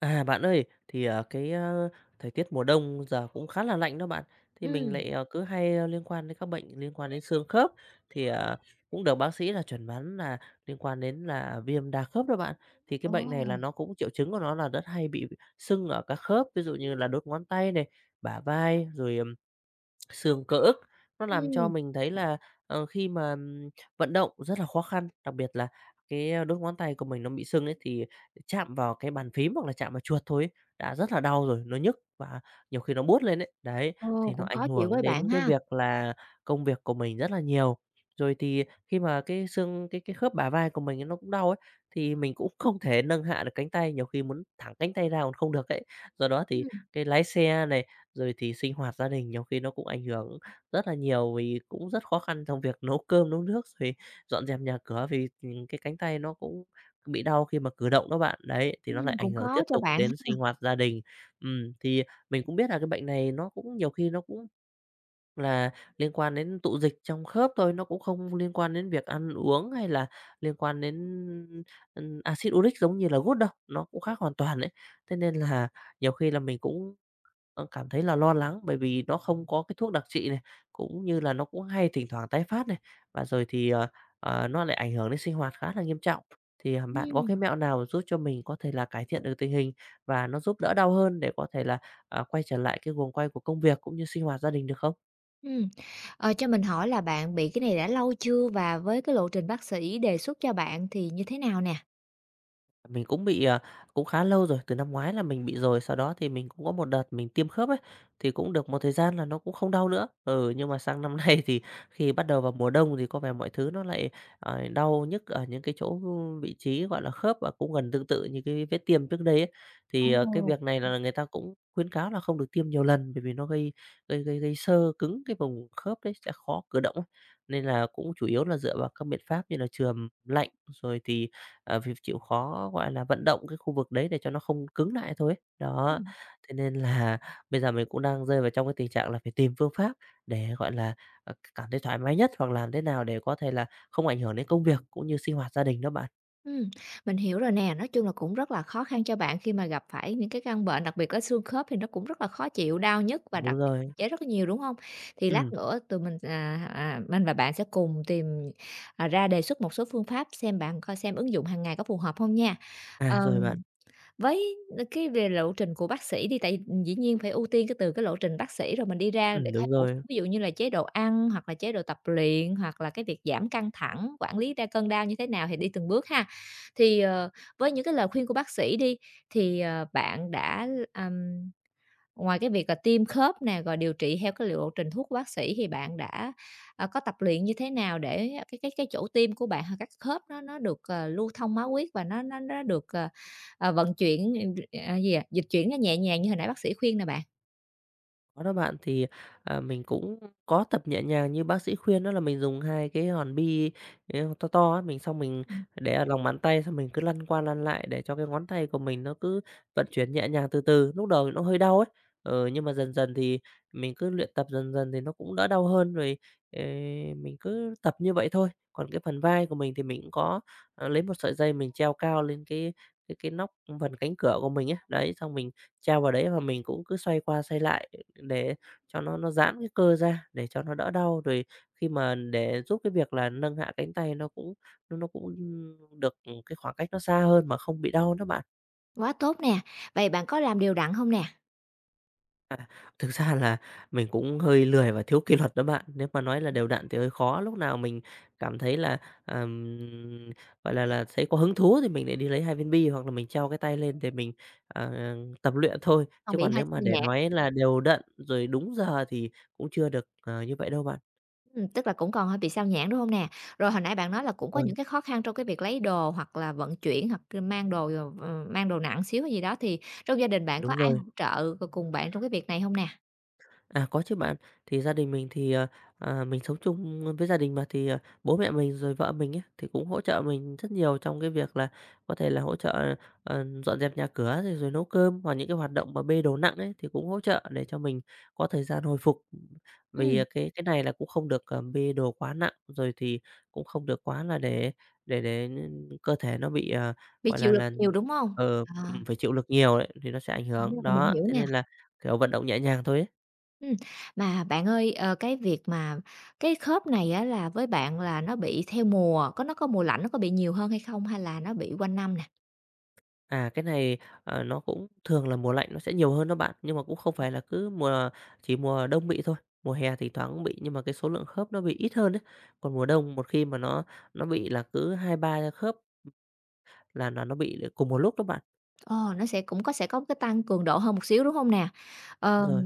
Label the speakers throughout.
Speaker 1: À, bạn ơi, thì, cái, ơ, thời tiết mùa đông giờ cũng khá là lạnh đó bạn. Thì mình
Speaker 2: Ừm.
Speaker 1: lại, cứ hay, ơ, liên quan đến các bệnh liên quan đến xương khớp, thì, cũng được bác sĩ là chẩn đoán là liên quan đến là viêm đa khớp đó bạn. Thì cái
Speaker 2: Ồ!
Speaker 1: bệnh này là nó cũng triệu chứng của nó là rất hay bị sưng ở các khớp, ví dụ như là đốt ngón tay này, bả vai, rồi, xương cơ ức, nó làm cho
Speaker 2: Ừm,
Speaker 1: mình thấy là, khi mà, vận động rất là khó khăn, đặc biệt là cái đốt ngón tay của mình nó bị sưng ấy, thì chạm vào cái bàn phím hoặc là chạm vào chuột thôi ấy, đã rất là đau rồi, nó nhức và nhiều khi nó buốt lên ấy. Đấy,
Speaker 2: ồ,
Speaker 1: thì nó
Speaker 2: Cũng
Speaker 1: ảnh
Speaker 2: khó chịu
Speaker 1: hưởng
Speaker 2: với
Speaker 1: đến
Speaker 2: bạn
Speaker 1: cái
Speaker 2: ha.
Speaker 1: việc là công việc của mình rất là nhiều. Rồi thì khi mà cái xương cái khớp bả vai của mình ấy, nó cũng đau ấy, thì mình cũng không thể nâng hạ được cánh tay, nhiều khi muốn thẳng cánh tay ra còn không được ấy. Do đó thì
Speaker 2: Ừm,
Speaker 1: cái lái xe này, rồi thì sinh hoạt gia đình nhiều khi nó cũng ảnh hưởng rất là nhiều vì cũng rất khó khăn trong việc nấu cơm, nấu nước, rồi dọn dẹp nhà cửa vì, cái cánh tay nó cũng bị đau khi mà cử động đó bạn. Đấy, thì nó lại ảnh
Speaker 2: Cũng
Speaker 1: hưởng
Speaker 2: khó
Speaker 1: tiếp
Speaker 2: cho
Speaker 1: tục
Speaker 2: bạn
Speaker 1: đến
Speaker 2: ha.
Speaker 1: sinh hoạt gia đình. Thì mình cũng biết là cái bệnh này nó cũng nhiều khi nó cũng là liên quan đến tụ dịch trong khớp thôi, nó cũng không liên quan đến việc ăn uống hay là liên quan đến, axit uric giống như là gút đâu, nó cũng khác hoàn toàn đấy. Thế nên là nhiều khi là mình cũng cảm thấy là lo lắng bởi vì nó không có cái thuốc đặc trị này, cũng như là nó cũng hay thỉnh thoảng tái phát này, và rồi thì, nó lại ảnh hưởng đến sinh hoạt khá là nghiêm trọng. Thì, bạn có cái
Speaker 2: Ừm,
Speaker 1: mẹo nào giúp cho mình có thể là cải thiện được tình hình và nó giúp đỡ đau hơn để có thể là, à, quay trở lại cái guồng quay của công việc cũng như sinh hoạt gia đình được không?
Speaker 2: ừm. Cho mình hỏi là bạn bị cái này đã lâu chưa và với cái lộ trình bác sĩ đề xuất cho bạn thì như thế nào nè?
Speaker 1: Mình cũng bị, à, cũng khá lâu rồi, từ năm ngoái là mình bị rồi, sau đó thì mình cũng có một đợt mình tiêm khớp ấy, thì cũng được một thời gian là nó cũng không đau nữa. Ừ, nhưng mà sang năm nay thì khi bắt đầu vào mùa đông thì có vẻ mọi thứ nó lại, đau nhức ở những cái chỗ vị trí, gọi là, khớp và cũng gần tương tự như cái vết tiêm trước đây ấy. Thì, cái
Speaker 2: Ồ.
Speaker 1: việc này là người ta cũng khuyến cáo là không được tiêm nhiều lần bởi vì nó gây gây gây gây xơ cứng cái vùng khớp đấy, sẽ khó cử động ấy. Nên là cũng chủ yếu là dựa vào các biện pháp như là chườm lạnh, rồi thì vì chịu khó, gọi là, vận động cái khu vực đấy để cho nó không cứng lại thôi ấy. Đó,
Speaker 2: Ừm.
Speaker 1: thế nên là bây giờ mình cũng đang rơi vào trong cái tình trạng là phải tìm phương pháp để, gọi là, cảm thấy thoải mái nhất hoặc làm thế nào để có thể là không ảnh hưởng đến công việc cũng như sinh hoạt gia đình đó bạn.
Speaker 2: Ừm, mình hiểu rồi nè, nói chung là cũng rất là khó khăn cho bạn khi mà gặp phải những cái căn bệnh, đặc biệt là xương khớp thì nó cũng rất là khó chịu, đau nhức và
Speaker 1: Đúng
Speaker 2: đặc biệt hạn
Speaker 1: rồi.
Speaker 2: chế rất là nhiều, đúng không? Thì lát
Speaker 1: Ừ,
Speaker 2: nữa tụi mình, à, mình và bạn sẽ cùng tìm, à, ra đề xuất một số phương pháp xem bạn coi xem ứng dụng hàng ngày có phù hợp không nha.
Speaker 1: à,
Speaker 2: Ờ
Speaker 1: rồi bạn.
Speaker 2: với cái về lộ trình của bác sĩ đi, tại vì dĩ nhiên phải ưu tiên cái từ cái lộ trình bác sĩ rồi mình đi ra để khai
Speaker 1: Đúng
Speaker 2: bổ sung,
Speaker 1: rồi.
Speaker 2: ví dụ như là chế độ ăn hoặc là chế độ tập luyện, hoặc là cái việc giảm căng thẳng, quản lý ra cơn đau như thế nào thì đi từng bước ha. Thì, với những cái lời khuyên của bác sĩ đi, thì, bạn đã, ngoài cái việc là tiêm khớp nè, rồi điều trị theo cái liệu trình thuốc của bác sĩ thì bạn đã, có tập luyện như thế nào để cái chỗ tiêm của bạn hoặc các khớp nó được, lưu thông máu huyết và nó được, vận chuyển, gì à, dịch chuyển nó nhẹ nhàng như hồi nãy bác sĩ khuyên nè bạn?
Speaker 1: Có đó bạn, thì, à, mình cũng có tập nhẹ nhàng như bác sĩ khuyên đó là mình dùng 2 cái hòn bi, ơ, to to á, mình xong mình
Speaker 2: Ừm,
Speaker 1: để ở lòng bàn tay, xong mình cứ lăn qua lăn lại để cho cái ngón tay của mình nó cứ vận chuyển nhẹ nhàng từ từ. Lúc đầu thì nó hơi đau ấy, ừ, nhưng mà dần dần thì mình cứ luyện tập dần dần thì nó cũng đỡ đau hơn rồi, ờ, mình cứ tập như vậy thôi. Còn cái phần vai của mình thì mình cũng có, lấy một sợi dây mình treo cao lên cái nóc phần cánh cửa của mình ấy, đấy, xong mình treo vào đấy và mình cũng cứ xoay qua xoay lại. Để cho nó giãn cái cơ ra, để cho nó đỡ đau, rồi khi mà để giúp cái việc là nâng hạ cánh tay nó cũng được cái khoảng cách nó xa hơn mà không bị đau đó bạn.
Speaker 2: Quá tốt nè. Vậy bạn có làm đều đặn không nè?
Speaker 1: À, thực ra là mình cũng hơi lười và thiếu kỷ luật đó bạn. Nếu mà nói là đều đặn thì hơi khó, lúc nào mình cảm thấy là, ờm, gọi là, thấy có hứng thú thì mình lại đi lấy 2 viên bi, hoặc là mình treo cái tay lên để mình, ờ, tập luyện thôi.
Speaker 2: Còn
Speaker 1: Chứ
Speaker 2: bị
Speaker 1: còn
Speaker 2: hơi
Speaker 1: nếu mà để
Speaker 2: nhẹ.
Speaker 1: nói là đều đặn rồi đúng giờ thì cũng chưa được, như vậy đâu bạn.
Speaker 2: Tức là cũng còn hơi bị sao nhãng, đúng hông nè? Rồi hồi nãy bạn nói là cũng
Speaker 1: Ờ.
Speaker 2: có những cái khó khăn trong cái việc lấy đồ hoặc là vận chuyển hoặc là mang đồ, mang đồ nặng xíu hay gì đó, thì trong gia đình bạn có
Speaker 1: Đúng
Speaker 2: ai
Speaker 1: rồi.
Speaker 2: hỗ trợ cùng bạn trong cái việc này hông nè?
Speaker 1: À, có chứ bạn. Thì gia đình mình thì, à, mình sống chung với gia đình mà, thì, bố mẹ mình rồi vợ mình ấy, thì cũng hỗ trợ mình rất nhiều trong cái việc là có thể là hỗ trợ, dọn dẹp nhà cửa rồi rồi nấu cơm, hoặc những cái hoạt động mà bê đồ nặng ấy, thì cũng hỗ trợ để cho mình có thời gian hồi phục. Vì, à,
Speaker 2: Ừm,
Speaker 1: cái này là cũng không được, bê đồ quá nặng, rồi thì cũng không được quá là để cơ thể nó bị,
Speaker 2: bị
Speaker 1: gọi là
Speaker 2: chịu lực
Speaker 1: là,
Speaker 2: nhiều, đúng hông?
Speaker 1: ờ,
Speaker 2: À,
Speaker 1: phải chịu lực nhiều ấy, thì nó sẽ ảnh
Speaker 2: đúng
Speaker 1: hưởng.
Speaker 2: rồi, mình
Speaker 1: Đó,
Speaker 2: hiểu
Speaker 1: thế
Speaker 2: nè.
Speaker 1: nên là, kiểu, vận động nhẹ nhàng thôi ấy.
Speaker 2: Ừm, mà bạn ơi, cái việc mà cái khớp này á là với bạn là nó bị theo mùa, có nó có mùa lạnh nó có bị nhiều hơn hay không hay là nó bị quanh năm nè?
Speaker 1: À, cái này, nó cũng thường là mùa lạnh nó sẽ nhiều hơn đó bạn, nhưng mà cũng không phải là cứ mùa chỉ mùa đông bị thôi. Mùa hè thì thoáng cũng bị nhưng mà cái số lượng khớp nó bị ít hơn đấy. Còn mùa đông một khi mà nó bị là cứ hai ba khớp là nó bị cùng một lúc đó bạn.
Speaker 2: Ờ, nó sẽ cũng có sẽ có cái tăng cường độ hơn một xíu, đúng không nè?
Speaker 1: Đúng
Speaker 2: Ờm,
Speaker 1: rồi.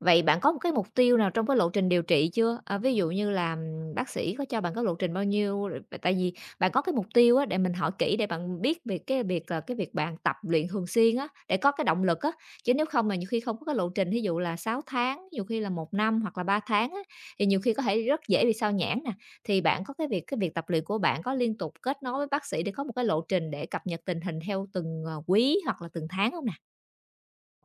Speaker 2: Vậy bạn có một cái mục tiêu nào trong cái lộ trình điều trị chưa? À, ví dụ như là, bác sĩ có cho bạn cái lộ trình bao nhiêu? Rồi tại vì bạn có cái mục tiêu á, để mình hỏi kỹ để bạn biết về cái việc là cái việc bạn tập luyện thường xuyên á, để có cái động lực á, chứ nếu không mà nhiều khi không có cái lộ trình, ví dụ là 6 tháng, nhiều khi là một năm hoặc là 3 tháng á, thì nhiều khi có thể rất dễ bị sao nhãng nè. Thì bạn có cái việc tập luyện của bạn có liên tục kết nối với bác sĩ để có một cái lộ trình để cập nhật tình hình theo từng, quý hoặc là từng tháng không nè?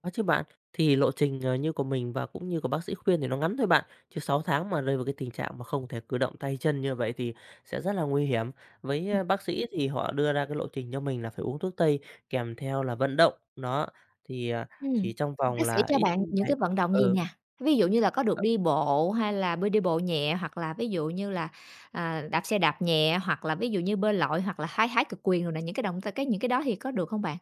Speaker 1: Có chứ bạn, thì lộ trình, như của mình và cũng như của bác sĩ khuyên thì nó ngắn thôi bạn, chứ 6 tháng mà rơi vào cái tình trạng mà không thể cử động tay chân như vậy thì sẽ rất là nguy hiểm. Với, a, bác sĩ thì họ đưa ra cái lộ trình cho mình là phải uống thuốc tây kèm theo là vận động, đó, thì, à,
Speaker 2: Ừm,
Speaker 1: chỉ trong vòng
Speaker 2: bác sĩ
Speaker 1: là
Speaker 2: cho
Speaker 1: ít
Speaker 2: bạn những
Speaker 1: phải
Speaker 2: cái vận động gì
Speaker 1: ừ.
Speaker 2: nè? Ví dụ như là có được đi bộ hay là bơi đi bộ nhẹ, hoặc là ví dụ như là, à, đạp xe đạp nhẹ, hoặc là ví dụ như bơi lội, hoặc là hái hái cực quyền rồi nè, những cái động tác cái những cái đó thì có được không bạn?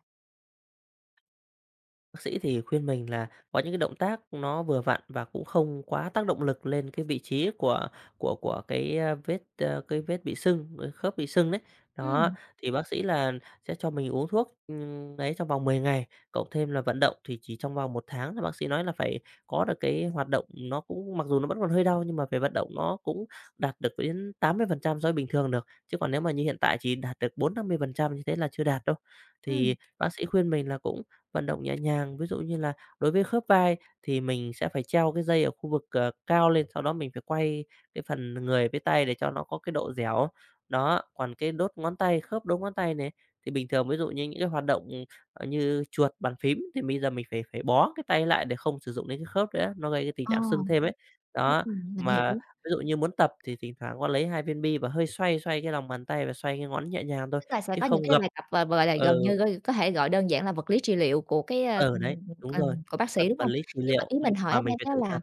Speaker 1: Bác sĩ thì khuyên mình là có những cái động tác nó vừa vặn và cũng không quá tác động lực lên cái vị trí của cái, a, cái vết bị sưng, cái khớp bị sưng đấy. Đó,
Speaker 2: Ừm,
Speaker 1: thì bác sĩ là sẽ cho mình uống thuốc, ấy trong vòng 10 ngày, cộng thêm là vận động thì chỉ trong vòng 1 tháng là bác sĩ nói là phải có được cái hoạt động nó cũng mặc dù nó vẫn còn hơi đau nhưng mà về vận động nó cũng đạt được đến 80% so với bình thường được, chứ còn nếu mà như hiện tại chỉ đạt được 40-50% như thế là chưa đạt đâu. Thì
Speaker 2: ừm.
Speaker 1: bác sĩ khuyên mình là cũng vận động nhẹ nhàng. Ví dụ như là đối với khớp vai thì mình sẽ phải treo cái dây ở khu vực, cao lên, sau đó mình phải quay cái phần người với tay để cho nó có cái độ dẻo. Đó, còn cái đốt ngón tay, khớp đốt ngón tay này, thì bình thường ví dụ như những cái hoạt động, như chuột, bàn phím thì bây giờ mình phải phải bó cái tay lại để không sử dụng đến cái khớp nữa, nó gây cái tình
Speaker 2: Ờ,
Speaker 1: trạng sưng thêm ấy. Đó,
Speaker 2: mình hiểu.
Speaker 1: mà ví dụ như muốn tập thì thỉnh thoảng có lấy 2 viên bi và hơi xoay xoay cái lòng bàn tay và xoay cái ngón nhẹ nhàng thôi,
Speaker 2: Tức là sẽ
Speaker 1: chứ
Speaker 2: có những
Speaker 1: không
Speaker 2: cái
Speaker 1: gập.
Speaker 2: bài tập, và, gọi là, gần
Speaker 1: Ừ.
Speaker 2: như coi có thể gọi đơn giản là vật lý trị liệu của cái,
Speaker 1: Ừ, đấy, đúng rồi,
Speaker 2: của bác
Speaker 1: tập
Speaker 2: sĩ, đúng
Speaker 1: vật
Speaker 2: hông?
Speaker 1: lý trị
Speaker 2: Nhưng mà
Speaker 1: liệu,
Speaker 2: ý mình hỏi
Speaker 1: mà
Speaker 2: ở
Speaker 1: mình
Speaker 2: đây
Speaker 1: phải
Speaker 2: á
Speaker 1: tự tập.
Speaker 2: là,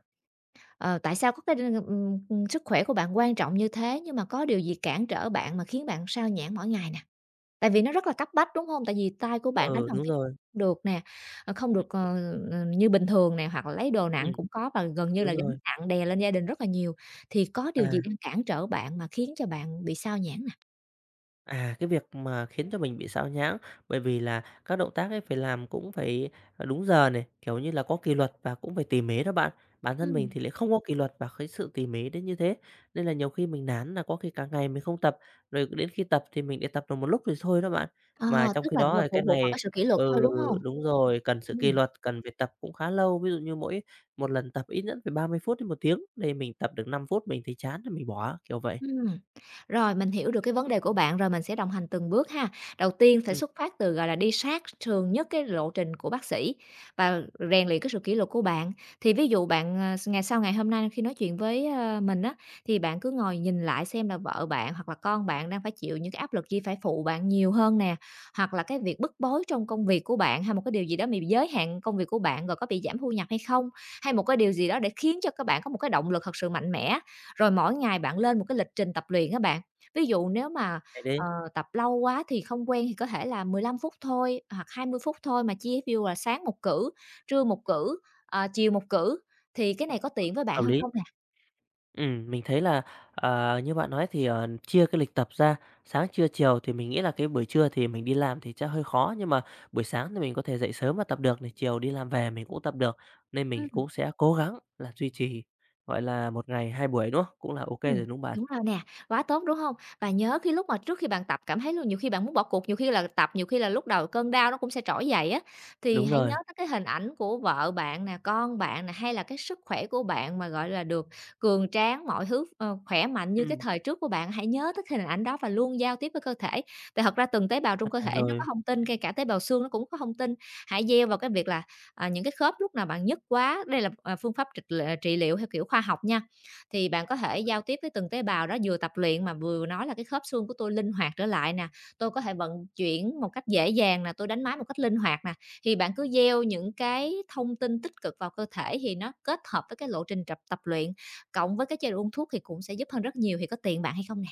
Speaker 2: tại sao có cái đ sức khỏe của bạn quan trọng như thế, nhưng mà có điều gì cản trở bạn mà khiến bạn xao nhãng mỗi ngày nè? Tại vì nó rất là cấp bách, đúng hông? Tại vì tay của bạn đánh
Speaker 1: Ừ,
Speaker 2: bằng
Speaker 1: đúng
Speaker 2: phím
Speaker 1: rồi.
Speaker 2: được nè, không
Speaker 1: Ừm,
Speaker 2: được, như bình thường nè, hoặc là lấy đồ nặng
Speaker 1: ừm,
Speaker 2: cũng có và gần như
Speaker 1: đúng
Speaker 2: là gánh
Speaker 1: rồi.
Speaker 2: nặng đè lên gia đình rất là nhiều, thì có điều
Speaker 1: À.
Speaker 2: gì đang cản trở bạn mà khiến cho bạn bị xao nhãng nè?
Speaker 1: À, cái việc mà khiến cho mình bị sao nhãng, bởi vì là các động tác ấy phải làm cũng phải, đúng giờ này, kiểu như là, có kỷ luật và cũng phải tỉ mỉ đó bạn. Bản thân mình
Speaker 2: Ừm.
Speaker 1: thì lại không có kỷ luật và cái sự tỉ mỉ đến như thế, nên là nhiều khi mình nản là có khi cả ngày mình không tập, rồi đến khi tập thì mình để tập được một lúc rồi thôi đó bạn.
Speaker 2: Ờ,
Speaker 1: Mà trong
Speaker 2: Tức
Speaker 1: khi
Speaker 2: là
Speaker 1: đó,
Speaker 2: vừa
Speaker 1: cái
Speaker 2: phụ thuộc vào
Speaker 1: này.
Speaker 2: cái sự kỷ luật thôi,
Speaker 1: Ừ,
Speaker 2: đúng hông?
Speaker 1: đúng rồi, cần sự kỷ
Speaker 2: Ừm.
Speaker 1: luật, cần phải tập cũng khá lâu, ví dụ như mỗi một lần tập ít nhất phải 30 phút đến 1 tiếng, đây mình tập được 5 phút mình thấy chán thì mình bỏ, kiểu vậy.
Speaker 2: Ừm, Rồi mình hiểu được cái vấn đề của bạn rồi, mình sẽ đồng hành từng bước ha. Đầu tiên phải
Speaker 1: Ừm,
Speaker 2: xuất phát từ, gọi là, đi sát thường nhất cái lộ trình của bác sĩ và rèn luyện cái sự kỷ luật của bạn. Thì ví dụ bạn, ngày sau ngày hôm nay khi nói chuyện với, ơ, mình á, thì bạn cứ ngồi nhìn lại xem là vợ bạn hoặc là con bạn đang phải chịu những cái áp lực gì phải phụ bạn nhiều hơn nè, hoặc là cái việc bức bối trong công việc của bạn, hay một cái điều gì đó bị giới hạn công việc của bạn rồi có bị giảm thu nhập hay không? Hay một cái điều gì đó để khiến cho các bạn có một cái động lực thật sự mạnh mẽ. Rồi mỗi ngày bạn lên một cái lịch trình tập luyện á bạn. Ví dụ nếu mà,
Speaker 1: cái đấy
Speaker 2: ờ, tập lâu quá thì không quen thì có thể là 15 phút thôi hoặc 20 phút thôi mà chia ví dụ là sáng một cử, trưa một cử, chiều một cử, thì cái này có tiện với bạn
Speaker 1: hợp
Speaker 2: hơn
Speaker 1: lý.
Speaker 2: không nè?
Speaker 1: Mình thấy là, như bạn nói thì, chia cái lịch tập ra, sáng, trưa, chiều thì mình nghĩ là cái buổi trưa thì mình đi làm thì sẽ hơi khó, nhưng mà buổi sáng thì mình có thể dậy sớm và tập được này, chiều đi làm về mình cũng tập được, nên mình cũng sẽ cố gắng là duy trì, gọi là, một ngày 2 buổi, đúng không? Cũng là ok
Speaker 2: Ừm,
Speaker 1: rồi, đúng không bạn?
Speaker 2: Đúng rồi nè, quá tốt, đúng hông? Và nhớ khi lúc mà trước khi bạn tập cảm thấy luôn nhiều khi bạn muốn bỏ cuộc, nhiều khi là tập, nhiều khi là lúc đầu cơn đau nó cũng sẽ trỗi dậy á, thì
Speaker 1: Đúng
Speaker 2: hãy
Speaker 1: rồi,
Speaker 2: nhớ tới cái hình ảnh của vợ bạn nè, con bạn nè, hay là cái sức khỏe của bạn mà, gọi là, được cường tráng, mọi thứ, khỏe mạnh như cái
Speaker 1: ừm,
Speaker 2: thời trước của bạn. Hãy nhớ tới cái hình ảnh đó và luôn giao tiếp với cơ thể, tại thật ra từng tế bào
Speaker 1: à,
Speaker 2: trong cơ thể nó
Speaker 1: rồi.
Speaker 2: có thông tin, ngay cả tế bào xương nó cũng có thông tin. Hãy gieo vào cái việc là, à, những cái khớp lúc nào bạn nhức quá đây là, à, phương pháp trịch lệ trị liệu theo kiểu khoa học nha, thì bạn có thể giao tiếp với từng tế bào đó, vừa tập luyện mà vừa nói là "Cái khớp xương của tôi linh hoạt trở lại nè, tôi có thể vận chuyển một cách dễ dàng nè, tôi đánh máy một cách linh hoạt nè." Thì bạn cứ gieo những cái thông tin tích cực vào cơ thể thì nó kết hợp với cái lộ trình tập tập luyện, cộng với cái chế độ uống thuốc thì cũng sẽ giúp hơn rất nhiều, thì có tiền bạn hay không nè?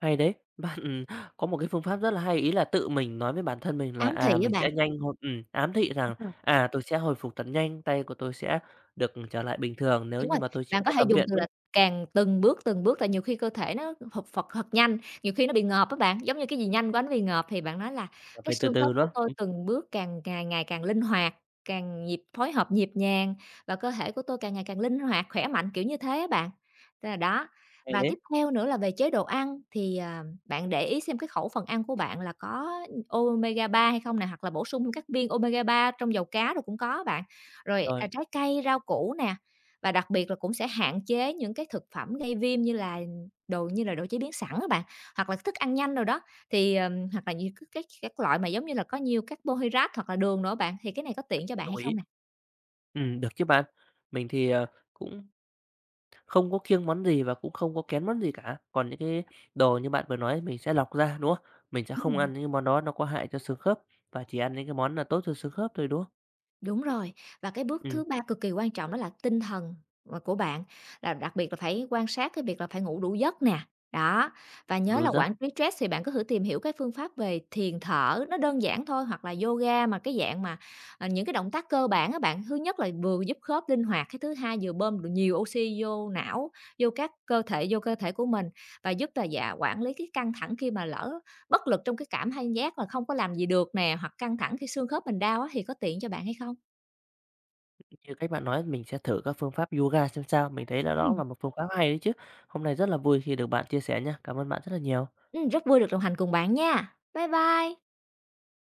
Speaker 1: Hay đấy. Bạn có một cái phương pháp rất là hay, ý là tự mình nói với bản thân mình là,
Speaker 2: Ám thị
Speaker 1: à,
Speaker 2: với
Speaker 1: mình
Speaker 2: bạn.
Speaker 1: sẽ nhanh hồi ám thị rằng, à, tôi sẽ hồi phục thật nhanh, tay của tôi sẽ được trở lại bình thường nếu
Speaker 2: Đúng
Speaker 1: như
Speaker 2: rồi,
Speaker 1: mà tôi chịu
Speaker 2: bạn có
Speaker 1: khó
Speaker 2: thể
Speaker 1: tập
Speaker 2: dùng
Speaker 1: luyện,
Speaker 2: từ
Speaker 1: đúng
Speaker 2: là càng từng bước, tại nhiều khi cơ thể nó hụt phật thật nhanh, nhiều khi nó bị ngợp á bạn, giống như cái gì nhanh quá nó bị ngợp, thì bạn nói là
Speaker 1: không?
Speaker 2: "Cái
Speaker 1: Phải từ
Speaker 2: xương
Speaker 1: từ
Speaker 2: khớp của
Speaker 1: nữa.
Speaker 2: tôi
Speaker 1: Ừm,
Speaker 2: từng bước càng ngày ngày càng linh hoạt, càng nhịp phối hợp nhịp nhàng và cơ thể của tôi càng ngày càng linh hoạt, khỏe mạnh", kiểu như thế á bạn. Thế là đó,
Speaker 1: hay
Speaker 2: và
Speaker 1: đấy.
Speaker 2: tiếp theo nữa là về chế độ ăn thì, à, bạn để ý xem cái khẩu phần ăn của bạn là có omega-3 hay không nè, hoặc là bổ sung các viên omega-3 trong dầu cá rồi cũng có bạn. Rồi, à,
Speaker 1: Rồi,
Speaker 2: trái cây, rau củ nè, và đặc biệt là cũng sẽ hạn chế những cái thực phẩm gây viêm như là đồ chế biến sẵn các bạn, hoặc là thức ăn nhanh đồ đó, thì, hoặc là nhiều cái các loại mà giống như là có nhiều carbon-hydrate hoặc là đường nữa bạn, thì cái này có tiện cho bạn
Speaker 1: đồng
Speaker 2: hay
Speaker 1: ý.
Speaker 2: không nè?
Speaker 1: Được chứ bạn. Mình thì, cũng không có kiêng món gì và cũng không có kén món gì cả. Còn những cái đồ như bạn vừa nói mình sẽ lọc ra, đúng không? Mình sẽ không
Speaker 2: Ừm.
Speaker 1: ăn những cái món đó nó có hại cho xương khớp và chỉ ăn những cái món là tốt cho xương khớp thôi, đúng không?
Speaker 2: Đúng rồi, và cái bước
Speaker 1: Ừm,
Speaker 2: thứ ba cực kỳ quan trọng đó là tinh thần, của bạn, là đặc biệt là phải quan sát cái việc là phải ngủ đủ giấc nè. Đó, và nhớ
Speaker 1: đủ
Speaker 2: là quản
Speaker 1: giấc.
Speaker 2: lý stress thì bạn có thử tìm hiểu cái phương pháp về thiền thở, nó đơn giản thôi, hoặc là yoga mà cái dạng mà, những cái động tác cơ bản á bạn. Thứ nhất là vừa giúp khớp linh hoạt, cái thứ hai vừa bơm được nhiều oxy vô não, vô các cơ thể vô cơ thể của mình và giúp là dạ quản lý cái căng thẳng khi mà lỡ bất lực trong cái cảm hay giác là không có làm gì được nè, hoặc căng thẳng khi xương khớp mình đau á, thì có tiện cho bạn hay không?
Speaker 1: Như cách bạn nói mình sẽ thử các phương pháp yoga xem sao, mình thấy là đó
Speaker 2: Ừm.
Speaker 1: là một phương pháp hay đấy chứ. Hôm nay rất là vui khi được bạn chia sẻ nha. Cảm ơn bạn rất là nhiều.
Speaker 2: Rất vui được đồng hành cùng bạn nha. Bye bye.